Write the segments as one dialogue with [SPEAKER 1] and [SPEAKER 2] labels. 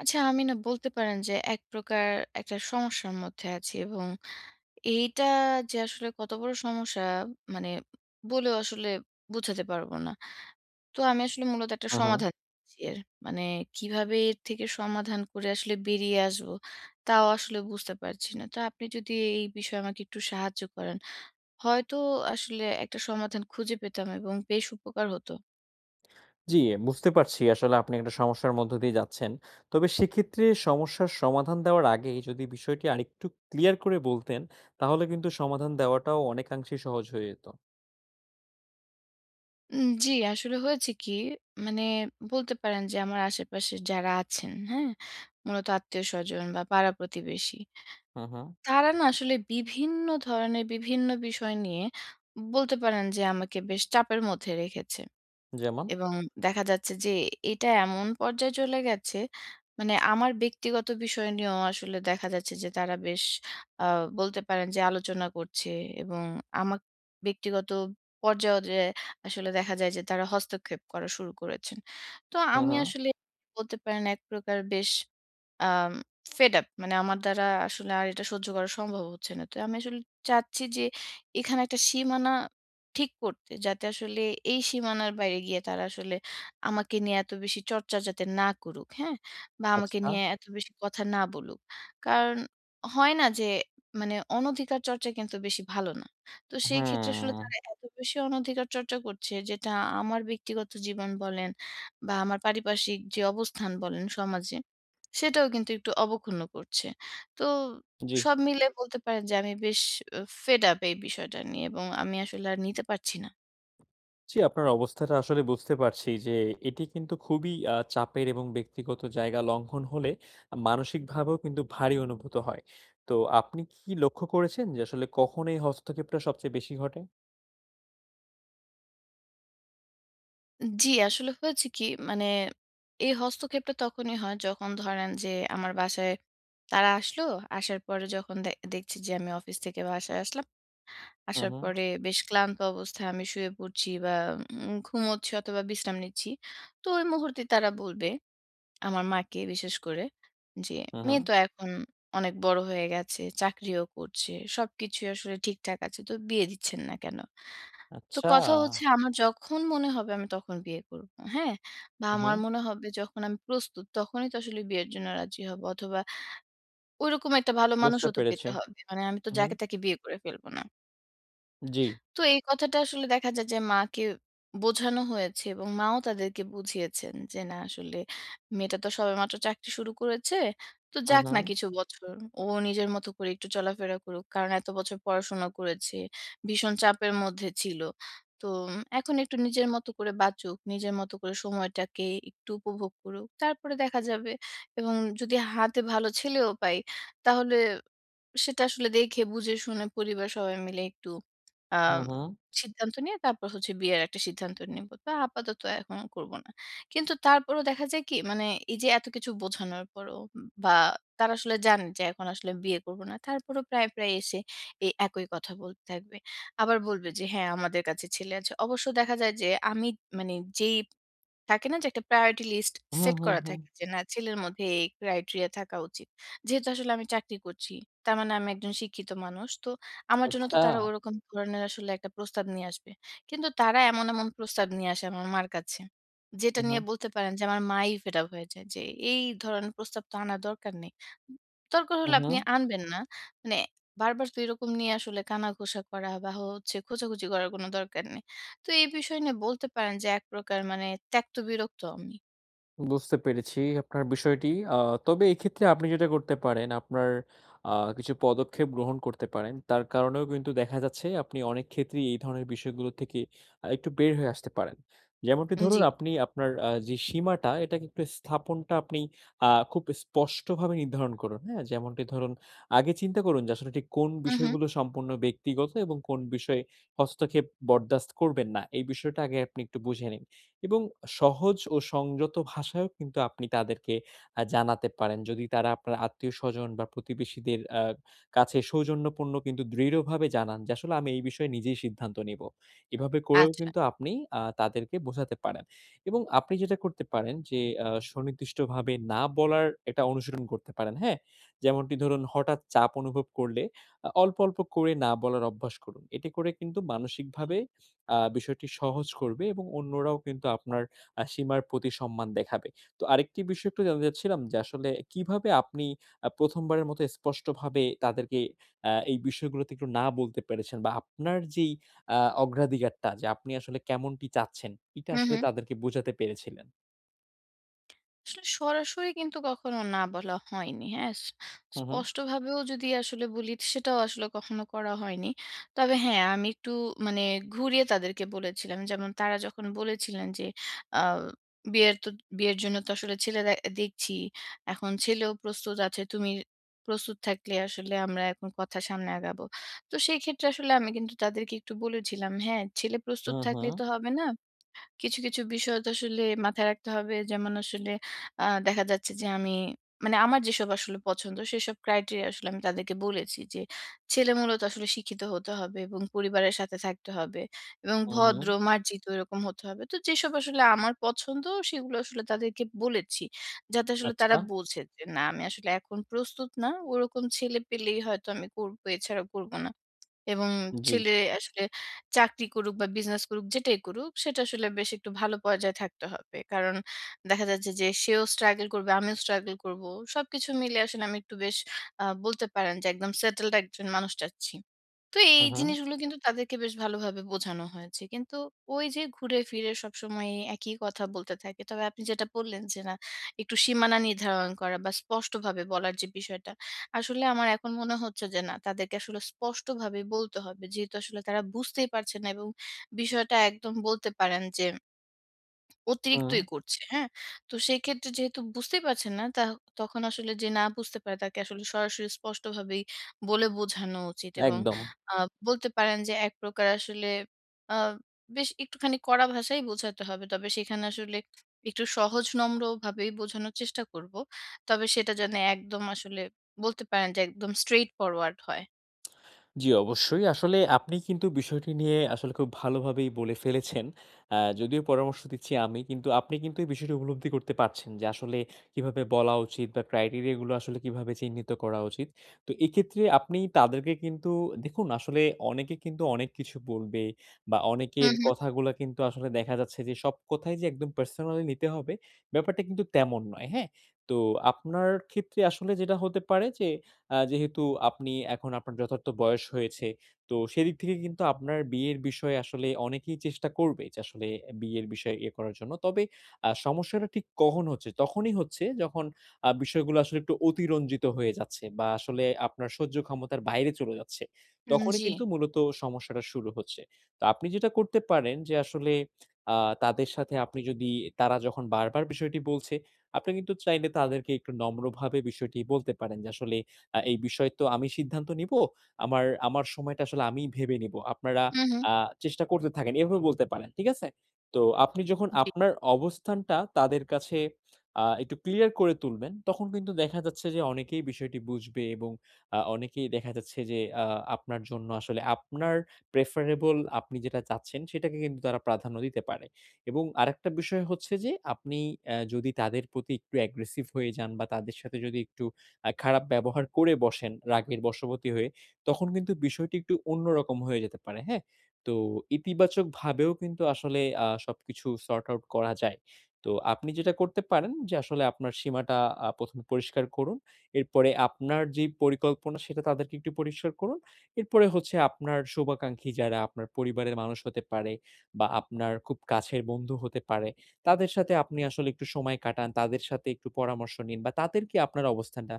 [SPEAKER 1] আচ্ছা, আমি না বলতে পারেন যে এক প্রকার একটা সমস্যার মধ্যে আছি এবং এইটা যে আসলে কত বড় সমস্যা মানে বলেও আসলে বোঝাতে পারবো না। তো আমি আসলে মূলত একটা
[SPEAKER 2] হুম, হুম।
[SPEAKER 1] সমাধান চাচ্ছি এর। মানে কিভাবে এর থেকে সমাধান করে আসলে বেরিয়ে আসবো তাও আসলে বুঝতে পারছি না। তো আপনি যদি এই বিষয়ে আমাকে একটু সাহায্য করেন, হয়তো আসলে একটা সমাধান খুঁজে পেতাম এবং বেশ উপকার হতো।
[SPEAKER 2] জি, বুঝতে পারছি আসলে আপনি একটা সমস্যার মধ্য দিয়ে যাচ্ছেন। তবে সেক্ষেত্রে সমস্যার সমাধান দেওয়ার আগে যদি বিষয়টি আরেকটু ক্লিয়ার করে বলতেন, তাহলে কিন্তু সমাধান দেওয়াটাও অনেকাংশেই সহজ হয়ে যেত।
[SPEAKER 1] জি, আসলে হয়েছে কি? মানে বলতে পারেন যে আমার আশেপাশে যারা আছেন, হ্যাঁ? মূলত আত্মীয়স্বজন বা পাড়া-প্রতিবেশী।
[SPEAKER 2] হুম, হুম।
[SPEAKER 1] তারা না আসলে বিভিন্ন ধরনের বিভিন্ন বিষয় নিয়ে বলতে পারেন যে আমাকে বেশ চাপের মধ্যে রেখেছে।
[SPEAKER 2] যেমন?
[SPEAKER 1] এবং দেখা যাচ্ছে যে এটা এমন পর্যায়ে চলে গেছে, মানে আমার ব্যক্তিগত বিষয় নিয়েও আসলে দেখা যাচ্ছে যে তারা বেশ আ বলতে পারেন যে আলোচনা করছে এবং আমার ব্যক্তিগত পর্যায়েও যে আসলে দেখা যায় যে তারা হস্তক্ষেপ করা শুরু করেছেন। তো
[SPEAKER 2] হুম,
[SPEAKER 1] আমি
[SPEAKER 2] হুম।
[SPEAKER 1] আসলে বলতে পারেন এক প্রকার বেশ আম ফেড আপ মানে আমার দ্বারা আসলে আর এটা সহ্য করা সম্ভব হচ্ছে না। তো আমি আসলে চাচ্ছি যে এখানে একটা সীমানা ঠিক করতে। যাতে আসলে এই সীমানার বাইরে গিয়ে তারা আসলে আমাকে নিয়ে এত বেশি চর্চা যাতে না করুক, হ্যাঁ? বা আমাকে
[SPEAKER 2] আচ্ছা।
[SPEAKER 1] নিয়ে এত বেশি কথা না বলুক। কারণ হয় না যে মানে অনধিকার চর্চা কিন্তু বেশি ভালো না। তো সেই ক্ষেত্রে আসলে
[SPEAKER 2] হুম।
[SPEAKER 1] তারা এত বেশি অনধিকার চর্চা করছে যেটা আমার ব্যক্তিগত জীবন বলেন বা আমার পারিপার্শ্বিক যে অবস্থান বলেন সমাজে, সেটাও কিন্তু একটু অবক্ষুণ্ণ করছে। তো
[SPEAKER 2] জি।
[SPEAKER 1] সব মিলে বলতে পারেন যে আমি বেশ আ ফেড আপ এই বিষয়টা নিয়ে এবং আমি আসলে আর নিতে পারছি না।
[SPEAKER 2] জি, আপনার অবস্থাটা আসলে বুঝতে পারছি যে এটি কিন্তু খুবই চাপের এবং ব্যক্তিগত জায়গা লঙ্ঘন হলে মানসিকভাবেও কিন্তু ভারী অনুভূত হয়। তো আপনি কি লক্ষ্য করেছেন যে আসলে কখন এই হস্তক্ষেপটা সবচেয়ে বেশি ঘটে?
[SPEAKER 1] জি, আসলে হয়েছে কি মানে এই হস্তক্ষেপটা তখনই হয় যখন ধরেন যে আমার বাসায় তারা আসলো, আসার পরে যখন দেখছি যে আমি অফিস থেকে বাসায় আসলাম,
[SPEAKER 2] হুম,
[SPEAKER 1] আসার
[SPEAKER 2] হুম।
[SPEAKER 1] পরে বেশ ক্লান্ত অবস্থায় আমি শুয়ে পড়ছি বা ঘুমোচ্ছি অথবা বিশ্রাম নিচ্ছি। তো ওই মুহূর্তে তারা বলবে আমার মাকে বিশেষ করে যে,
[SPEAKER 2] হু, হু।
[SPEAKER 1] মেয়ে তো এখন অনেক বড় হয়ে গেছে, চাকরিও করছে। সবকিছুই আসলে ঠিকঠাক আছে। তো বিয়ে দিচ্ছেন না কেন? তো
[SPEAKER 2] আচ্ছা।
[SPEAKER 1] কথা হচ্ছে আমার যখন মনে হবে আমি তখন বিয়ে করব। হ্যাঁ? বা
[SPEAKER 2] হু, হু।
[SPEAKER 1] আমার মনে হবে যখন আমি প্রস্তুত তখনই তো আসলে বিয়ের জন্য রাজি হব। অথবা ওইরকম একটা ভালো
[SPEAKER 2] বুঝতে
[SPEAKER 1] মানুষও তো
[SPEAKER 2] পেরেছি।
[SPEAKER 1] পেতে হবে। মানে আমি তো
[SPEAKER 2] হু, হু।
[SPEAKER 1] যাকে তাকে বিয়ে করে ফেলব না।
[SPEAKER 2] জি।
[SPEAKER 1] তো এই কথাটা আসলে দেখা যায় যে মাকে বোঝানো হয়েছে এবং মাও তাদেরকে বুঝিয়েছেন যে না আসলে মেয়েটা তো সবেমাত্র চাকরি শুরু করেছে তো
[SPEAKER 2] হু,
[SPEAKER 1] যাক
[SPEAKER 2] হু।
[SPEAKER 1] না কিছু বছর ও নিজের মতো করে একটু চলাফেরা করুক কারণ এত বছর পড়াশোনা করেছে ভীষণ চাপের মধ্যে ছিল তো এখন একটু নিজের মতো করে বাঁচুক নিজের মতো করে সময়টাকে একটু উপভোগ করুক তারপরে দেখা যাবে এবং যদি হাতে ভালো ছেলেও পাই তাহলে সেটা আসলে দেখে বুঝে শুনে পরিবার সবাই মিলে একটু
[SPEAKER 2] হু,
[SPEAKER 1] আম
[SPEAKER 2] হু।
[SPEAKER 1] সিদ্ধান্ত নিয়ে তারপর হচ্ছে বিয়ের একটা সিদ্ধান্ত নিব। তো আপাতত এখন করব না। কিন্তু তারপরও দেখা যায় কি মানে এই যে এত কিছু বোঝানোর পরও বা তারা আসলে জানে যে এখন আসলে বিয়ে করব না। তারপরও প্রায় এসে এই একই কথা বলতে থাকবে। আবার বলবে যে হ্যাঁ, আমাদের কাছে ছেলে আছে। অবশ্য দেখা যায় যে আমি মানে যেই থাকে না যে একটা প্রায়োরিটি লিস্ট
[SPEAKER 2] হু,
[SPEAKER 1] সেট
[SPEAKER 2] হু,
[SPEAKER 1] করা
[SPEAKER 2] হু।
[SPEAKER 1] থাকে যে না ছেলের মধ্যে এই ক্রাইটেরিয়া থাকা উচিত। যেহেতু আসলে আমি চাকরি করছি, তার মানে আমি একজন শিক্ষিত মানুষ। তো আমার জন্য তো
[SPEAKER 2] আচ্ছা।
[SPEAKER 1] তারা ওরকম ধরনের আসলে একটা প্রস্তাব নিয়ে আসবে। কিন্তু তারা এমন প্রস্তাব নিয়ে আসে আমার মার কাছে। যেটা
[SPEAKER 2] হু, হু।
[SPEAKER 1] নিয়ে বলতে পারেন যে আমার মাই ফেড আপ হয়ে যায় যে, "এই ধরনের প্রস্তাব তো আনার দরকার নেই। দরকার
[SPEAKER 2] হু,
[SPEAKER 1] হলে
[SPEAKER 2] হু।
[SPEAKER 1] আপনি আনবেন না।" মানে বারবার তো এরকম নিয়ে আসলে কানাঘুষা করা বা হচ্ছে খোঁজাখুঁজি করার কোনো দরকার নেই। তো এই বিষয় নিয়ে বলতে পারেন যে এক প্রকার মানে ত্যক্ত বিরক্ত আমি।
[SPEAKER 2] বুঝতে পেরেছি আপনার বিষয়টি। আ তবে এক্ষেত্রে আপনি যেটা করতে পারেন, আপনার আ কিছু পদক্ষেপ গ্রহণ করতে পারেন। তার কারণেও কিন্তু দেখা যাচ্ছে আপনি অনেক ক্ষেত্রেই এই ধরনের বিষয়গুলো থেকে একটু বের হয়ে আসতে পারেন। যেমনটি
[SPEAKER 1] জি।
[SPEAKER 2] ধরুন আপনি আপনার যে সীমাটা, এটাকে একটু স্থাপনটা আপনি খুব স্পষ্টভাবে নির্ধারণ করুন, হ্যাঁ? যেমনটি ধরুন আগে চিন্তা করুন যে আসলে ঠিক কোন
[SPEAKER 1] হু, হু।
[SPEAKER 2] বিষয়গুলো সম্পূর্ণ ব্যক্তিগত এবং কোন বিষয়ে হস্তক্ষেপ বরদাস্ত করবেন না। এই বিষয়টা আগে আপনি একটু বুঝে নিন। এবং সহজ ও সংযত ভাষায়ও কিন্তু আপনি তাদেরকে জানাতে পারেন। যদি তারা আপনার আত্মীয়স্বজন বা প্রতিবেশীদের কাছে সৌজন্যপূর্ণ কিন্তু দৃঢ়ভাবে জানান যে, "আসলে আমি এই বিষয়ে নিজেই সিদ্ধান্ত নিবো।" এভাবে করেও
[SPEAKER 1] আচ্ছা।
[SPEAKER 2] কিন্তু আপনি তাদেরকে বোঝাতে পারেন। এবং আপনি যেটা করতে পারেন যে, সুনির্দিষ্টভাবে না বলার একটা অনুশীলন করতে পারেন, হ্যাঁ? যেমনটি ধরুন হঠাৎ চাপ অনুভব করলে অল্প, অল্প করে না বলার অভ্যাস করুন। এতে করে কিন্তু মানসিকভাবে বিষয়টি সহজ করবে এবং অন্যরাও কিন্তু আপনার সীমার প্রতি সম্মান দেখাবে। তো আরেকটি বিষয় একটু জানতে চাচ্ছিলাম যে আসলে কিভাবে আপনি ১ম বারের মতো স্পষ্টভাবে তাদেরকে এই বিষয়গুলোতে একটু না বলতে পেরেছেন বা আপনার যেই আ অগ্রাধিকারটা যে আপনি আসলে কেমনটি চাচ্ছেন, এটা
[SPEAKER 1] হু,
[SPEAKER 2] আসলে
[SPEAKER 1] হু।
[SPEAKER 2] তাদেরকে বোঝাতে পেরেছিলেন?
[SPEAKER 1] আসলে সরাসরি কিন্তু কখনো না বলা হয়নি। হ্যাঁ?
[SPEAKER 2] হু, হু।
[SPEAKER 1] স্পষ্টভাবেও যদি আসলে বলি সেটাও আসলে কখনো করা হয়নি। তবে হ্যাঁ, আমি একটু মানে ঘুরিয়ে তাদেরকে বলেছিলাম। যেমন তারা যখন বলেছিলেন যে, আ "বিয়ের তো বিয়ের জন্য তো আসলে ছেলে দেখছি। এখন ছেলেও প্রস্তুত আছে। তুমি প্রস্তুত থাকলে আসলে আমরা এখন কথা সামনে আগাবো।" তো সেই ক্ষেত্রে আসলে আমি কিন্তু তাদেরকে একটু বলেছিলাম, "হ্যাঁ, ছেলে প্রস্তুত
[SPEAKER 2] হু, হু।
[SPEAKER 1] থাকলে তো হবে না। কিছু বিষয় তো আসলে মাথায় রাখতে হবে। যেমন আসলে দেখা যাচ্ছে যে আমি মানে আমার যেসব আসলে পছন্দ সেসব ক্রাইটেরিয়া আসলে আমি তাদেরকে বলেছি যে, ছেলে মূলত আসলে শিক্ষিত হতে হবে এবং পরিবারের সাথে থাকতে হবে এবং
[SPEAKER 2] হু, হু।
[SPEAKER 1] ভদ্র, মার্জিত এরকম হতে হবে। তো যেসব আসলে আমার পছন্দ সেগুলো আসলে তাদেরকে বলেছি। যাতে আসলে তারা
[SPEAKER 2] আচ্ছা।
[SPEAKER 1] বোঝে যে না আমি আসলে এখন প্রস্তুত না। ওরকম ছেলে পেলেই হয়তো আমি করব, এছাড়া করব না। এবং
[SPEAKER 2] জি।
[SPEAKER 1] ছেলে আসলে চাকরি করুক বা বিজনেস করুক যেটাই করুক সেটা আসলে বেশ একটু ভালো পর্যায়ে থাকতে হবে। কারণ দেখা যাচ্ছে যে সেও স্ট্রাগল করবে, আমিও স্ট্রাগল করব। সবকিছু মিলে আসলে আমি একটু বেশ বলতে পারেন যে একদম সেটেলড একজন মানুষ চাচ্ছি। তো
[SPEAKER 2] হু,
[SPEAKER 1] এই
[SPEAKER 2] হু।
[SPEAKER 1] জিনিসগুলো কিন্তু তাদেরকে বেশ ভালোভাবে বোঝানো হয়েছে। কিন্তু ওই যে ঘুরে ফিরে সবসময় একই কথা বলতে থাকে। তবে আপনি যেটা বললেন যে না একটু সীমানা নির্ধারণ করা বা স্পষ্টভাবে বলার যে বিষয়টা। আসলে আমার এখন মনে হচ্ছে যে না তাদেরকে আসলে স্পষ্টভাবে বলতে হবে। যেহেতু আসলে তারা বুঝতেই পারছে না এবং বিষয়টা একদম বলতে পারেন যে
[SPEAKER 2] হুম।
[SPEAKER 1] অতিরিক্তই করছে, হ্যাঁ? তো সেক্ষেত্রে যেহেতু বুঝতেই পারছেন না, তখন আসলে যে না বুঝতে পারে তাকে আসলে সরাসরি স্পষ্টভাবেই বলে বোঝানো উচিত এবং
[SPEAKER 2] একদম।
[SPEAKER 1] আ বলতে পারেন যে এক প্রকার আসলে আ বেশ একটুখানি কড়া ভাষায় বোঝাতে হবে। তবে সেখানে আসলে একটু সহজ নম্রভাবেই বোঝানোর চেষ্টা করব। তবে সেটা যেন একদম আসলে বলতে পারেন যে একদম straight forward হয়।
[SPEAKER 2] জি, অবশ্যই। আসলে আপনি কিন্তু বিষয়টি নিয়ে আসলে খুব ভালোভাবেই বলে ফেলেছেন। যদিও পরামর্শ দিচ্ছি আমি, কিন্তু আপনি কিন্তু এই বিষয়টি উপলব্ধি করতে পারছেন যে আসলে কিভাবে বলা উচিত বা ক্রাইটেরিয়া গুলো আসলে কিভাবে চিহ্নিত করা উচিত। তো এক্ষেত্রে আপনি তাদেরকে কিন্তু দেখুন আসলে অনেকে কিন্তু অনেক কিছু বলবে বা
[SPEAKER 1] হু,
[SPEAKER 2] অনেকের
[SPEAKER 1] হু।
[SPEAKER 2] কথাগুলা কিন্তু আসলে দেখা যাচ্ছে যে সব কথাই যে একদম পার্সোনালি নিতে হবে, ব্যাপারটা কিন্তু তেমন নয়, হ্যাঁ? তো আপনার ক্ষেত্রে আসলে যেটা হতে পারে যে যেহেতু আপনি এখন আপনার যথার্থ বয়স হয়েছে, তো সেদিক থেকে কিন্তু আপনার বিয়ের বিষয়ে আসলে অনেকেই চেষ্টা করবে যে আসলে বিয়ের বিষয়ে ইয়ে করার জন্য। তবে সমস্যাটা ঠিক কখন হচ্ছে? তখনই হচ্ছে যখন বিষয়গুলো আসলে একটু অতিরঞ্জিত হয়ে যাচ্ছে বা আসলে আপনার সহ্য ক্ষমতার বাইরে চলে যাচ্ছে।
[SPEAKER 1] হুম,
[SPEAKER 2] তখনই
[SPEAKER 1] জি।
[SPEAKER 2] কিন্তু মূলত সমস্যাটা শুরু হচ্ছে। তো আপনি যেটা করতে পারেন যে আসলে আ তাদের সাথে আপনি যদি তারা যখন বারবার বিষয়টি বলছে, আপনি কিন্তু চাইলে তাদেরকে একটু নম্রভাবে বিষয়টি বলতে পারেন যে আসলে এই বিষয়ে তো আমি সিদ্ধান্ত নিব। আমার সময়টা আসলে আমিই ভেবে নিব। আপনারা
[SPEAKER 1] হু, হু।
[SPEAKER 2] আ চেষ্টা করতে থাকেন। এভাবে বলতে পারেন। ঠিক আছে? তো আপনি যখন
[SPEAKER 1] জি।
[SPEAKER 2] আপনার অবস্থানটা তাদের কাছে একটু ক্লিয়ার করে তুলবেন, তখন কিন্তু দেখা যাচ্ছে যে অনেকেই বিষয়টি বুঝবে এবং অনেকেই দেখা যাচ্ছে যে আপনার জন্য আসলে আপনার প্রেফারেবল আপনি যেটা চাচ্ছেন সেটাকে কিন্তু তারা প্রাধান্য দিতে পারে। এবং আরেকটা বিষয় হচ্ছে যে আপনি যদি তাদের প্রতি একটু অ্যাগ্রেসিভ হয়ে যান বা তাদের সাথে যদি একটু খারাপ ব্যবহার করে বসেন রাগের বশবর্তী হয়ে, তখন কিন্তু বিষয়টি একটু অন্যরকম হয়ে যেতে পারে, হ্যাঁ? তো ইতিবাচকভাবেও কিন্তু আসলে সবকিছু সর্ট আউট করা যায়। তো আপনি যেটা করতে পারেন যে আসলে আপনার সীমাটা ১ম এ পরিষ্কার করুন। এরপরে আপনার যে পরিকল্পনা সেটা তাদেরকে একটু পরিষ্কার করুন। এরপরে হচ্ছে আপনার শুভাকাঙ্ক্ষী যারা আপনার পরিবারের মানুষ হতে পারে বা আপনার খুব কাছের বন্ধু হতে পারে, তাদের সাথে আপনি আসলে একটু সময় কাটান, তাদের সাথে একটু পরামর্শ নিন বা তাদেরকে আপনার অবস্থানটা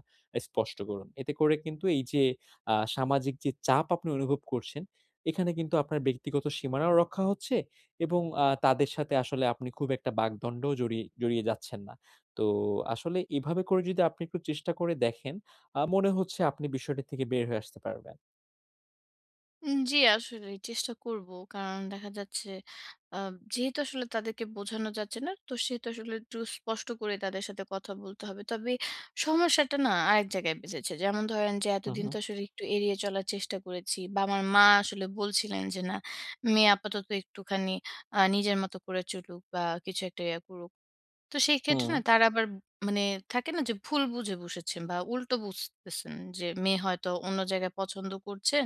[SPEAKER 2] স্পষ্ট করুন। এতে করে কিন্তু এই যে সামাজিক যে চাপ আপনি অনুভব করছেন, এখানে কিন্তু আপনার ব্যক্তিগত সীমানাও রক্ষা হচ্ছে এবং তাদের সাথে আসলে আপনি খুব একটা বাগদণ্ডও জড়িয়ে জড়িয়ে যাচ্ছেন না। তো আসলে এভাবে করে যদি আপনি একটু চেষ্টা করে দেখেন, মনে হচ্ছে আপনি বিষয়টি থেকে বের হয়ে আসতে পারবেন।
[SPEAKER 1] জি, আসলেই চেষ্টা করব। কারণ দেখা যাচ্ছে আ যেহেতু আসলে তাদেরকে বোঝানো যাচ্ছে না, তো সেহেতু আসলে একটু স্পষ্ট করে তাদের সাথে কথা বলতে হবে। তবে সমস্যাটা না আরেক জায়গায় বেঁধেছে। যেমন ধরেন যে
[SPEAKER 2] হু,
[SPEAKER 1] এতদিন
[SPEAKER 2] হু,
[SPEAKER 1] তো আসলে একটু এড়িয়ে চলার চেষ্টা করেছি বা আমার মা আসলে বলছিলেন যে, "না, মেয়ে আপাতত একটুখানি নিজের মতো করে চলুক বা কিছু একটা ইয়া করুক।" তো সেই
[SPEAKER 2] হু,
[SPEAKER 1] ক্ষেত্রে না তারা আবার মানে থাকে না যে ভুল বুঝে বসেছেন বা উল্টো বুঝতেছেন যে মেয়ে হয়তো অন্য জায়গায় পছন্দ করছেন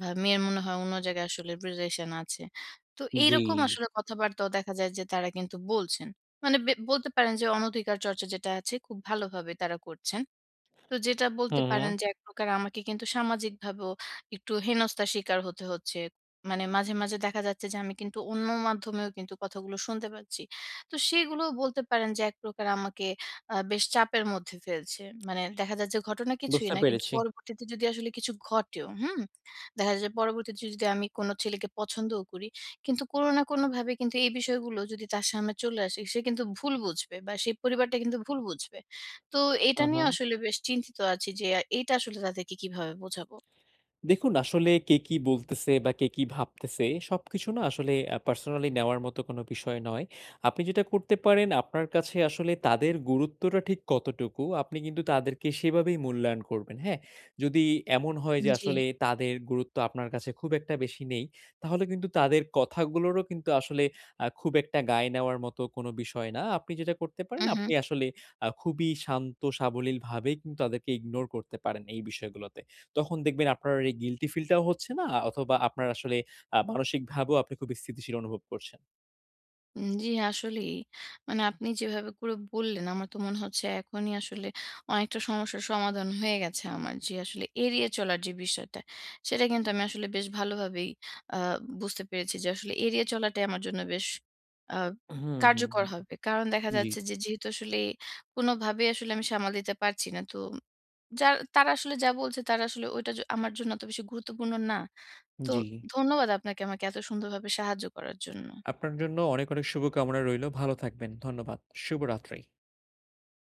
[SPEAKER 1] বা মেয়ের মনে হয় অন্য জায়গায় আসলে রিলেশন আছে তো
[SPEAKER 2] জি।
[SPEAKER 1] এইরকম আসলে কথাবার্তাও দেখা যায় যে তারা কিন্তু বলছেন মানে বলতে পারেন যে অনধিকার চর্চা যেটা আছে খুব ভালোভাবে তারা করছেন তো যেটা
[SPEAKER 2] হু,
[SPEAKER 1] বলতে
[SPEAKER 2] হু,
[SPEAKER 1] পারেন হুম। যে একপ্রকার আমাকে কিন্তু সামাজিকভাবেও একটু হেনস্থার শিকার হতে হচ্ছে। মানে মাঝে দেখা যাচ্ছে যে আমি কিন্তু অন্য মাধ্যমেও কিন্তু কথাগুলো শুনতে পাচ্ছি। তো সেগুলোও বলতে পারেন যে একপ্রকার আমাকে বেশ চাপের মধ্যে ফেলছে। মানে দেখা যাচ্ছে ঘটনা কিছুই
[SPEAKER 2] বুঝতে
[SPEAKER 1] না কিন্তু
[SPEAKER 2] পেরেছি।
[SPEAKER 1] পরবর্তীতে যদি আসলে কিছু ঘটেও, হুম? দেখা যায় পরবর্তীতে যদি আমি কোনো ছেলেকে পছন্দও করি কিন্তু কোনো না কোনোভাবে কিন্তু এই বিষয়গুলো যদি তার সামনে চলে আসে সে কিন্তু ভুল বুঝবে বা সেই পরিবারটা কিন্তু ভুল বুঝবে। তো
[SPEAKER 2] হু,
[SPEAKER 1] এটা
[SPEAKER 2] হু।
[SPEAKER 1] নিয়ে আসলে বেশ চিন্তিত আছি যে এটা আসলে তাদেরকে কিভাবে বোঝাবো?
[SPEAKER 2] দেখুন আসলে কে কি বলতেছে বা কে কি ভাবতেছে সবকিছু না আসলে পার্সোনালি নেওয়ার মতো কোনো বিষয় নয়। আপনি যেটা করতে পারেন আপনার কাছে আসলে তাদের গুরুত্বটা ঠিক কতটুকু আপনি কিন্তু তাদেরকে সেভাবেই মূল্যায়ন করবেন, হ্যাঁ? যদি এমন হয় যে
[SPEAKER 1] জি।
[SPEAKER 2] আসলে তাদের গুরুত্ব আপনার কাছে খুব একটা বেশি নেই, তাহলে কিন্তু তাদের কথাগুলোরও কিন্তু আসলে খুব একটা গায়ে নেওয়ার মতো কোনো বিষয় না। আপনি যেটা করতে
[SPEAKER 1] হু,
[SPEAKER 2] পারেন
[SPEAKER 1] হু।
[SPEAKER 2] আপনি আসলে খুবই শান্ত সাবলীলভাবেই কিন্তু তাদেরকে ইগনোর করতে পারেন এই বিষয়গুলোতে। তখন দেখবেন আপনার এই গিল্টি ফিলটাও হচ্ছে না, অথবা আপনার আসলে মানসিকভাবেও আপনি খুব স্থিতিশীল অনুভব করছেন।
[SPEAKER 1] জি, আসলেই। মানে আপনি যেভাবে করে বললেন আমার তো মনে হচ্ছে এখনই আসলে অনেকটা সমস্যার সমাধান হয়ে গেছে আমার। যে আসলে এড়িয়ে চলার যে বিষয়টা, সেটা কিন্তু আমি আসলে বেশ ভালোভাবেই আ বুঝতে পেরেছি যে আসলে এড়িয়ে চলাটাই আমার জন্য বেশ আ
[SPEAKER 2] হুম, হুম,
[SPEAKER 1] কার্যকর
[SPEAKER 2] হুম।
[SPEAKER 1] হবে। কারণ দেখা
[SPEAKER 2] জি,
[SPEAKER 1] যাচ্ছে যে যেহেতু আসলে কোনোভাবেই আসলে আমি সামাল দিতে পারছি না তো যার তারা আসলে যা বলছে তারা আসলে ওইটা আমার জন্য অত বেশি গুরুত্বপূর্ণ না। তো
[SPEAKER 2] জি।
[SPEAKER 1] ধন্যবাদ আপনাকে আমাকে এত সুন্দরভাবে সাহায্য করার জন্য।
[SPEAKER 2] আপনার জন্য অনেক, অনেক শুভকামনা রইলো। ভালো থাকবেন। ধন্যবাদ। শুভরাত্রি।